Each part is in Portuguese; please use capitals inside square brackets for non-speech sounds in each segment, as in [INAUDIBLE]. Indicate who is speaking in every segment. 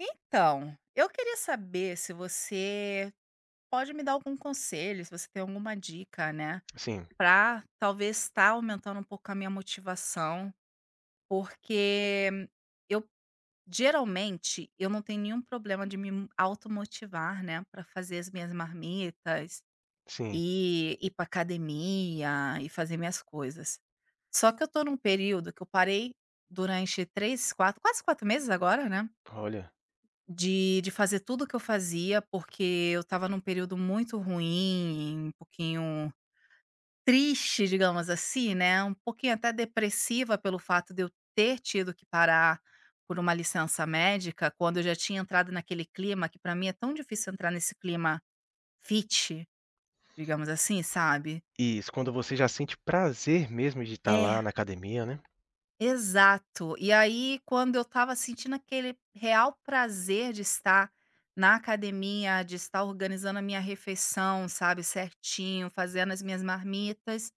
Speaker 1: Então, eu queria saber se você pode me dar algum conselho, se você tem alguma dica, né,
Speaker 2: Sim,
Speaker 1: pra talvez estar aumentando um pouco a minha motivação, porque eu geralmente eu não tenho nenhum problema de me automotivar, né, para fazer as minhas marmitas
Speaker 2: sim.
Speaker 1: e ir para academia e fazer minhas coisas. Só que eu tô num período que eu parei durante três, quatro, quase 4 meses agora, né?
Speaker 2: Olha,
Speaker 1: De fazer tudo o que eu fazia, porque eu estava num período muito ruim, um pouquinho triste, digamos assim, né, um pouquinho até depressiva pelo fato de eu ter tido que parar por uma licença médica, quando eu já tinha entrado naquele clima que para mim é tão difícil entrar nesse clima fit, digamos assim, sabe.
Speaker 2: isso, quando você já sente prazer mesmo de estar
Speaker 1: É.
Speaker 2: lá na academia, né?
Speaker 1: Exato. E aí, quando eu estava sentindo aquele real prazer de estar na academia, de estar organizando a minha refeição, sabe, certinho, fazendo as minhas marmitas,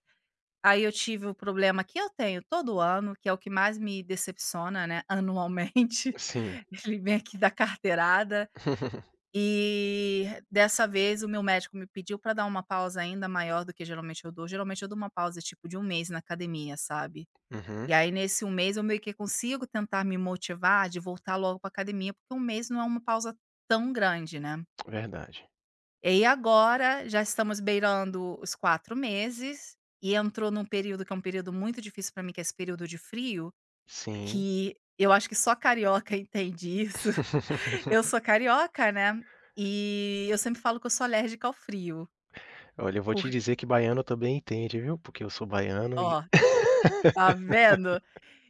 Speaker 1: aí eu tive o problema que eu tenho todo ano, que é o que mais me decepciona, né, anualmente.
Speaker 2: Sim.
Speaker 1: [LAUGHS] Ele vem aqui da carteirada.
Speaker 2: [LAUGHS]
Speaker 1: E dessa vez o meu médico me pediu para dar uma pausa ainda maior do que geralmente eu dou. Geralmente eu dou uma pausa tipo de 1 mês na academia, sabe? E
Speaker 2: Uhum,
Speaker 1: aí nesse 1 mês eu meio que consigo tentar me motivar de voltar logo para academia, porque 1 mês não é uma pausa tão grande, né.
Speaker 2: verdade.
Speaker 1: E aí agora já estamos beirando os 4 meses, e entrou num período que é um período muito difícil para mim, que é esse período de frio,
Speaker 2: Sim.
Speaker 1: que eu acho que só carioca [LAUGHS] entende isso. Eu
Speaker 2: [LAUGHS]
Speaker 1: sou carioca, né, e eu sempre falo que eu sou alérgica ao frio,
Speaker 2: Olha, eu vou te
Speaker 1: por
Speaker 2: dizer que baiano também entende, viu, porque eu sou baiano e
Speaker 1: ó, tá
Speaker 2: [LAUGHS]
Speaker 1: vendo?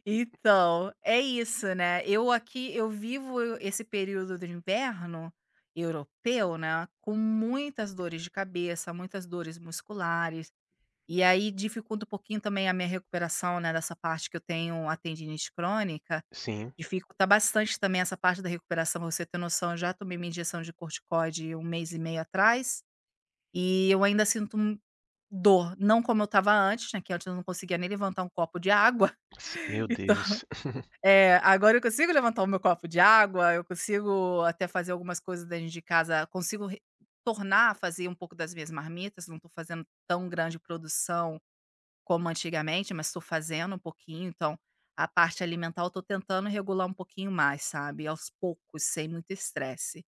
Speaker 1: Então, é isso, né. Eu aqui eu vivo esse período do inverno europeu, né, com muitas dores de cabeça, muitas dores musculares, e aí dificulta um pouquinho também a minha recuperação, né, dessa parte que eu tenho a tendinite crônica,
Speaker 2: Sim,
Speaker 1: dificulta bastante também essa parte da recuperação, pra você ter noção, eu já tomei minha injeção de corticoide 1 mês e meio atrás, e eu ainda sinto dor, não como eu estava antes, né, que antes eu não conseguia nem levantar um copo de água.
Speaker 2: s meu Deus.
Speaker 1: [LAUGHS]
Speaker 2: [LAUGHS]
Speaker 1: É, agora eu consigo levantar o meu copo de água, eu consigo até fazer algumas coisas dentro de casa, consigo re tornar a fazer um pouco das minhas marmitas, não estou fazendo tão grande produção como antigamente, mas estou fazendo um pouquinho, então a parte alimentar eu estou tentando regular um pouquinho mais, sabe, aos poucos, sem muito estresse.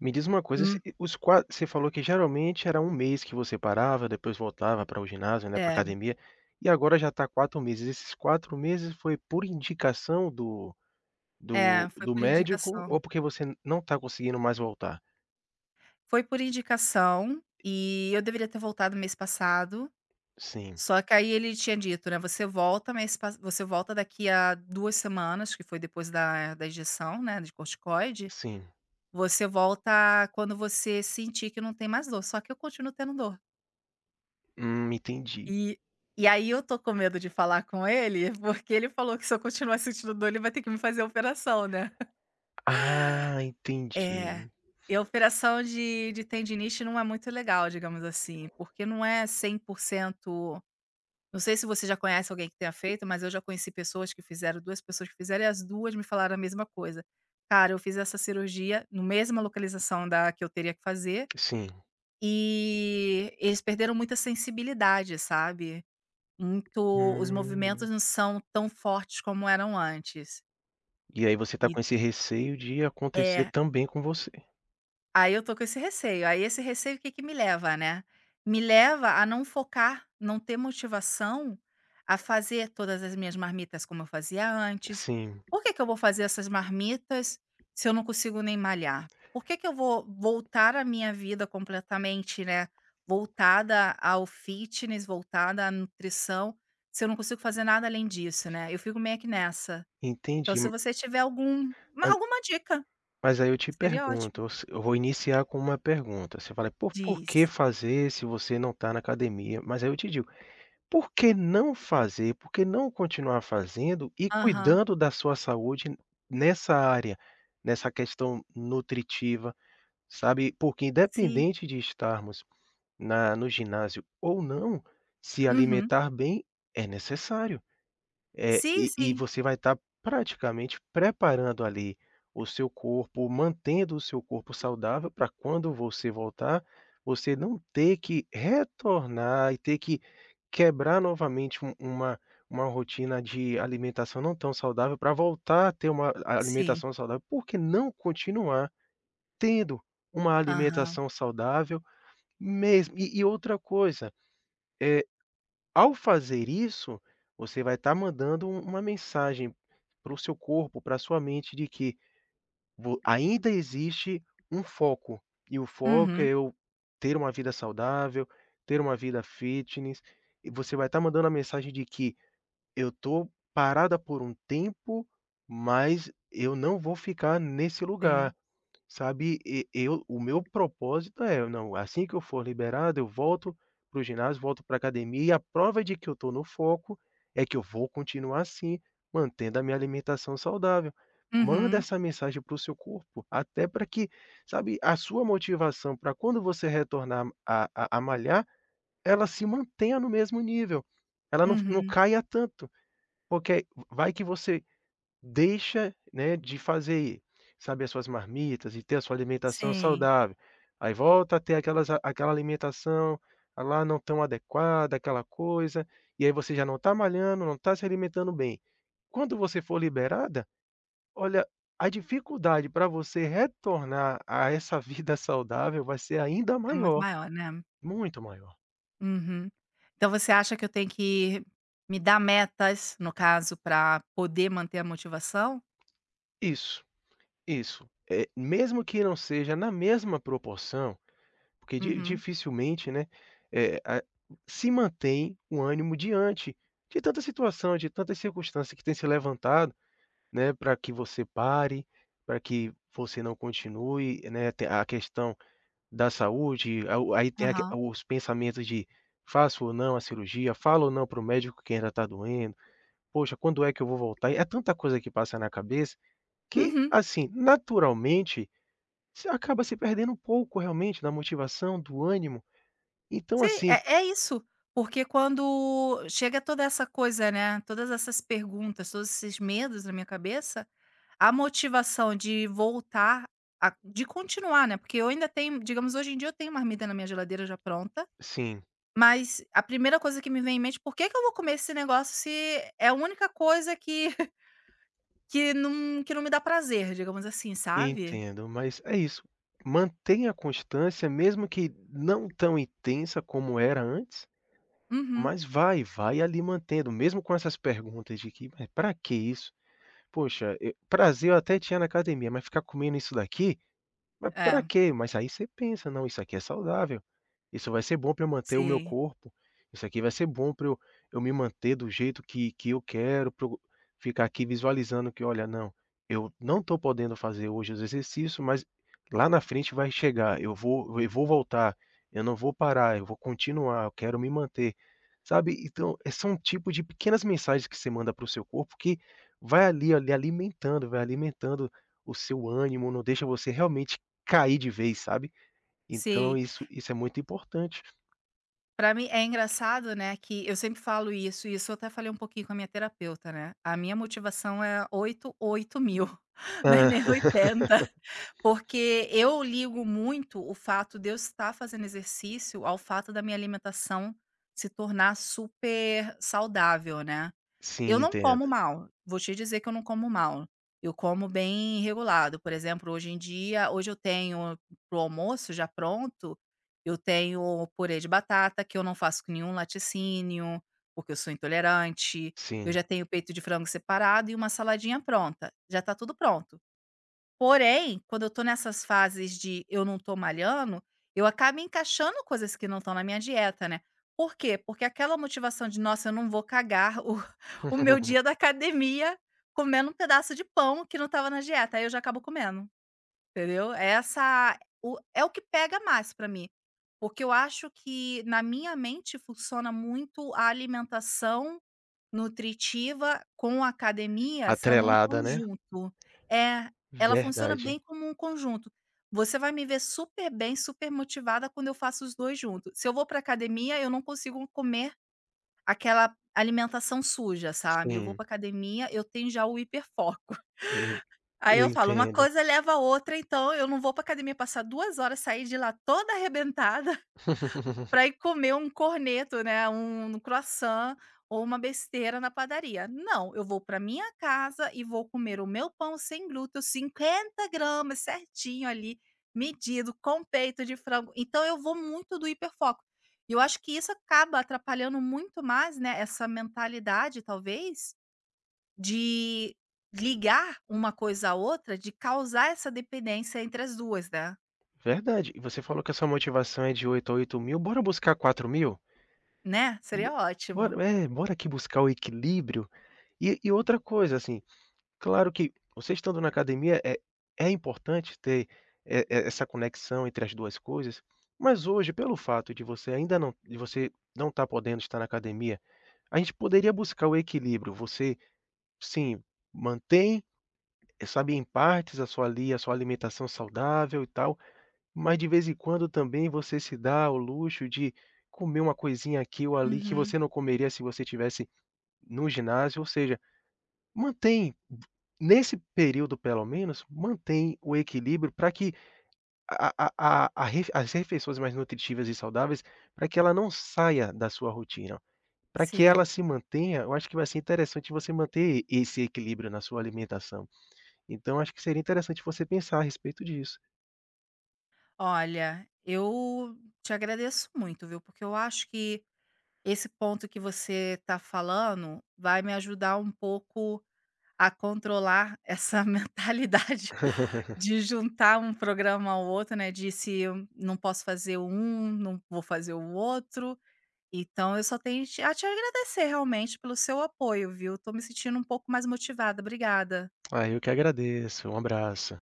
Speaker 2: Me diz uma coisa,
Speaker 1: Hum,
Speaker 2: se os qua você falou que geralmente era um mês que você parava, depois voltava para o ginásio, né, para
Speaker 1: é,
Speaker 2: academia, e agora já está 4 meses. Esses 4 meses foi por indicação do do
Speaker 1: foi
Speaker 2: do
Speaker 1: por
Speaker 2: médico ou
Speaker 1: indicação.
Speaker 2: porque você não está conseguindo mais voltar?
Speaker 1: Foi por indicação, e eu deveria ter voltado mês passado.
Speaker 2: Sim,
Speaker 1: Só que aí ele tinha dito, né, você volta, mas pas você volta daqui a 2 semanas, que foi depois da injeção, né, de corticoide,
Speaker 2: sim.
Speaker 1: você volta quando você sentir que não tem mais dor, só que eu continuo tendo dor.
Speaker 2: Entendi.
Speaker 1: E e aí eu tô com medo de falar com ele, porque ele falou que se eu continuar sentindo dor, ele vai ter que me fazer a operação, né.
Speaker 2: Ah,
Speaker 1: É.
Speaker 2: entendi.
Speaker 1: E a operação de tendinite não é muito legal, digamos assim, porque não é 100%. Não sei se você já conhece alguém que tenha feito, mas eu já conheci pessoas que fizeram, 2 pessoas que fizeram e as 2 me falaram a mesma coisa. "Cara, eu fiz essa cirurgia no mesma localização da que eu teria que fazer,
Speaker 2: Sim.
Speaker 1: e eles perderam muita sensibilidade, sabe, muito os movimentos
Speaker 2: Hum.
Speaker 1: não são tão fortes como eram antes".
Speaker 2: E aí você
Speaker 1: E
Speaker 2: tá com esse receio de acontecer
Speaker 1: é.
Speaker 2: também com você.
Speaker 1: Aí eu tô com esse receio. Aí esse receio o que que me leva, né? Me leva a não focar, não ter motivação a fazer todas as minhas marmitas como eu fazia antes.
Speaker 2: Sim,
Speaker 1: Por que que eu vou fazer essas marmitas se eu não consigo nem malhar? Por que que eu vou voltar a minha vida completamente, né, voltada ao fitness, voltada à nutrição, se eu não consigo fazer nada além disso, né? Eu fico meio que nessa. Então
Speaker 2: entendi.
Speaker 1: se você tiver
Speaker 2: Mas
Speaker 1: alguma dica,
Speaker 2: mas aí eu te
Speaker 1: seria ótimo.
Speaker 2: pergunto, eu se eu vou iniciar com uma pergunta, você fala: "Por que
Speaker 1: Diz.
Speaker 2: fazer se você não está na academia?" Mas aí eu te digo: "Por que não fazer? Por que não continuar fazendo e
Speaker 1: Aham.
Speaker 2: cuidando da sua saúde nessa área, nessa questão nutritiva?" Sabe, porque
Speaker 1: Sim.
Speaker 2: independente de estarmos na no ginásio ou não, se
Speaker 1: Uhum.
Speaker 2: alimentar bem é necessário, é
Speaker 1: Sim,
Speaker 2: e
Speaker 1: sim.
Speaker 2: você vai estar praticamente preparando ali o seu corpo, mantendo o seu corpo saudável para quando você voltar, você não ter que retornar e ter que quebrar novamente uma rotina de alimentação não tão saudável para voltar a ter uma
Speaker 1: Sim.
Speaker 2: alimentação saudável, por que não continuar tendo uma
Speaker 1: Aham.
Speaker 2: alimentação saudável mesmo? E outra coisa, é, ao fazer isso, você vai estar mandando uma mensagem para o seu corpo, para a sua mente de que vo ainda existe um foco, e o foco é
Speaker 1: Uhum.
Speaker 2: eu ter uma vida saudável, ter uma vida fitness, e você vai estar mandando a mensagem de que eu estou parada por um tempo, mas eu não vou ficar nesse
Speaker 1: Sim.
Speaker 2: lugar. Sabe, e eu o meu propósito é: "Não, assim que eu for liberado, eu volto para o ginásio, volto para a academia", e a prova de que eu estou no foco é que eu vou continuar assim, mantendo a minha alimentação saudável. Manda
Speaker 1: Uhum.
Speaker 2: essa mensagem para o seu corpo, até para que, sabe, a sua motivação, para quando você retornar a malhar, ela se mantenha no mesmo nível, ela não
Speaker 1: Uhum.
Speaker 2: caia tanto, porque vai que você deixa, né, de fazer, sabe, as suas marmitas e ter a sua alimentação
Speaker 1: Sim.
Speaker 2: saudável. Aí volta a ter aquelas aquela alimentação, ah, lá não tão adequada, aquela coisa, e aí você já não está malhando, não está se alimentando bem. Quando você for liberada, olha, a dificuldade para você retornar a essa [LAUGHS] vida saudável vai ser ainda
Speaker 1: É muito
Speaker 2: maior,
Speaker 1: maior, né?
Speaker 2: muito maior.
Speaker 1: Uhum. Então você acha que eu tenho que me dar metas, no caso, para poder manter a motivação?
Speaker 2: Isso, isso. Eh, mesmo que não seja na mesma proporção. Porque di
Speaker 1: Uhum.
Speaker 2: dificilmente, né, eh, a se mantém o ânimo diante de tanta situação, de tantas circunstâncias que tem se levantado, né, para que você pare, para que você não continue, né, tem a questão da saúde, a o aí tem aque
Speaker 1: Aham.
Speaker 2: os pensamentos de: "Faço ou não a cirurgia? Falo ou não para o médico que ainda está doendo? Poxa, quando é que eu vou voltar?" É tanta coisa que passa na cabeça que,
Speaker 1: Uhum.
Speaker 2: assim, naturalmente, você acaba se perdendo um pouco realmente da motivação, do ânimo. Então
Speaker 1: Sim,
Speaker 2: assim,
Speaker 1: é isso. Porque quando chega toda essa coisa, né, todas essas perguntas, todos esses medos na minha cabeça, a motivação de voltar a de continuar, né, porque eu ainda tenho, digamos, hoje em dia eu tenho marmita na minha geladeira já pronta,
Speaker 2: sim,
Speaker 1: mas a primeira coisa que me vem em mente: "Por que que eu vou comer esse negócio se é a única coisa que [LAUGHS] que não me dá prazer", digamos assim, sabe?
Speaker 2: entendo, mas é isso, mantenha a constância mesmo que não tão intensa como era antes,
Speaker 1: Uhum.
Speaker 2: mas vai, vai ali mantendo, mesmo com essas perguntas de que: "Mas pra que isso? Poxa, eu prazer eu até tinha na academia, mas ficar comendo isso daqui?" Mas pra
Speaker 1: É,
Speaker 2: quê? Mas aí você pensa: "Não, isso aqui é saudável. Isso vai ser bom para eu manter o meu
Speaker 1: sim,
Speaker 2: corpo. Isso aqui vai ser bom para eu me manter do jeito que eu quero, pra eu ficar aqui visualizando que, olha, não, eu não estou podendo fazer hoje os exercícios, mas lá na frente vai chegar, eu vou voltar, eu não vou parar, eu vou continuar, eu quero me manter", sabe. Então, eh, são um tipo de pequenas mensagens que você manda para o seu corpo que vai ali alimentando, vai alimentando o seu ânimo, não deixa você realmente cair de vez, sabe. Então
Speaker 1: sim.
Speaker 2: isso é muito importante.
Speaker 1: Pra mim é engraçado, né, que eu sempre falo isso, e isso eu até falei um pouquinho com a minha terapeuta, né, a minha motivação é 8 8.000, [LAUGHS] não é
Speaker 2: [LAUGHS]
Speaker 1: nem
Speaker 2: Hã.
Speaker 1: 80, porque eu ligo muito o fato de eu estar fazendo exercício ao fato da minha alimentação se tornar super saudável, né. Eu
Speaker 2: Sim,
Speaker 1: não
Speaker 2: entendo.
Speaker 1: como mal, vou te dizer que eu não como mal, eu como bem regulado, por exemplo, hoje em dia hoje eu tenho para o almoço já pronto, eu tenho purê de batata que eu não faço com nenhum laticínio, porque eu sou intolerante, eu
Speaker 2: Sim.
Speaker 1: já tenho peito de frango separado e uma saladinha pronta, já está tudo pronto. Porém, quando eu tô nessas fases de eu não tô malhando, eu acabo encaixando coisas que não estão na minha dieta, né. Por quê? Porque aquela motivação de: "Nossa, eu não vou cagar o [LAUGHS] o meu dia da
Speaker 2: [LAUGHS]
Speaker 1: academia comendo um pedaço de pão que não estava na dieta", aí eu já acabo comendo, entendeu. É Essa o é o que pega mais pra mim, porque eu acho que na minha mente funciona muito a alimentação nutritiva com academia sendo um
Speaker 2: Atrelada, né.
Speaker 1: conjunto. É, ela funciona
Speaker 2: Verdade.
Speaker 1: bem como um conjunto. Você vai me ver super bem, super motivada quando eu faço os 2 juntos. Se eu vou para academia, eu não consigo comer aquela alimentação suja, sabe. Eu vou
Speaker 2: Sim,
Speaker 1: para academia, eu tenho já o hiperfoco. [LAUGHS]
Speaker 2: eu en
Speaker 1: Aí
Speaker 2: eu
Speaker 1: eu falo: "Uma
Speaker 2: entendo.
Speaker 1: coisa leva a outra, então eu não vou para academia passar 2 horas, sair de lá toda arrebentada"
Speaker 2: [LAUGHS]
Speaker 1: para ir comer um corneto, né, um croissant ou uma besteira na padaria. Não, eu vou para minha casa e vou comer o meu pão sem glúten, 50 gramas certinho ali, medido, com peito de frango. Então eu vou muito do hiperfoco. E eu acho que isso acaba atrapalhando muito mais, né, essa mentalidade talvez, de ligar uma coisa à outra, de causar essa dependência entre as duas, né.
Speaker 2: Verdade. E você falou que a sua motivação é de 8 a 8.000. Bora buscar 4.000?
Speaker 1: Né, seria
Speaker 2: Bo
Speaker 1: ótimo.
Speaker 2: Bora aqui buscar o equilíbrio. E outra coisa, assim, claro que você estando na academia é importante ter e essa conexão entre as 2 coisas, mas hoje, pelo fato de você ainda não de você não estar podendo estar na academia, a gente poderia buscar o equilíbrio. Você, sim, mantém, eh, sabe, em partes a sua ali a sua alimentação saudável e tal, mas de vez em quando também você se dá o luxo de comer uma coisinha aqui ou ali que
Speaker 1: Uhum,
Speaker 2: você não comeria se você tivesse no ginásio, ou seja, mantém, nesse período pelo menos, mantém o equilíbrio para que a a a ref as refeições mais nutritivas e saudáveis, para que ela não saia da sua rotina, para que
Speaker 1: sim.
Speaker 2: ela se mantenha. Eu acho que vai ser interessante você manter esse equilíbrio na sua alimentação. Então acho que seria interessante você pensar a respeito disso.
Speaker 1: Olha, eu te agradeço muito, viu? Porque eu acho que esse ponto que você está falando vai me ajudar um pouco a controlar essa [LAUGHS] mentalidade
Speaker 2: [LAUGHS]
Speaker 1: de juntar um programa ao outro, né? De se eu não posso fazer um, não vou fazer o outro. Então, eu só tenho a te agradecer realmente pelo seu apoio, viu? Tô me sentindo um pouco mais motivada. Obrigada.
Speaker 2: Ah, eu que agradeço. Um abraço.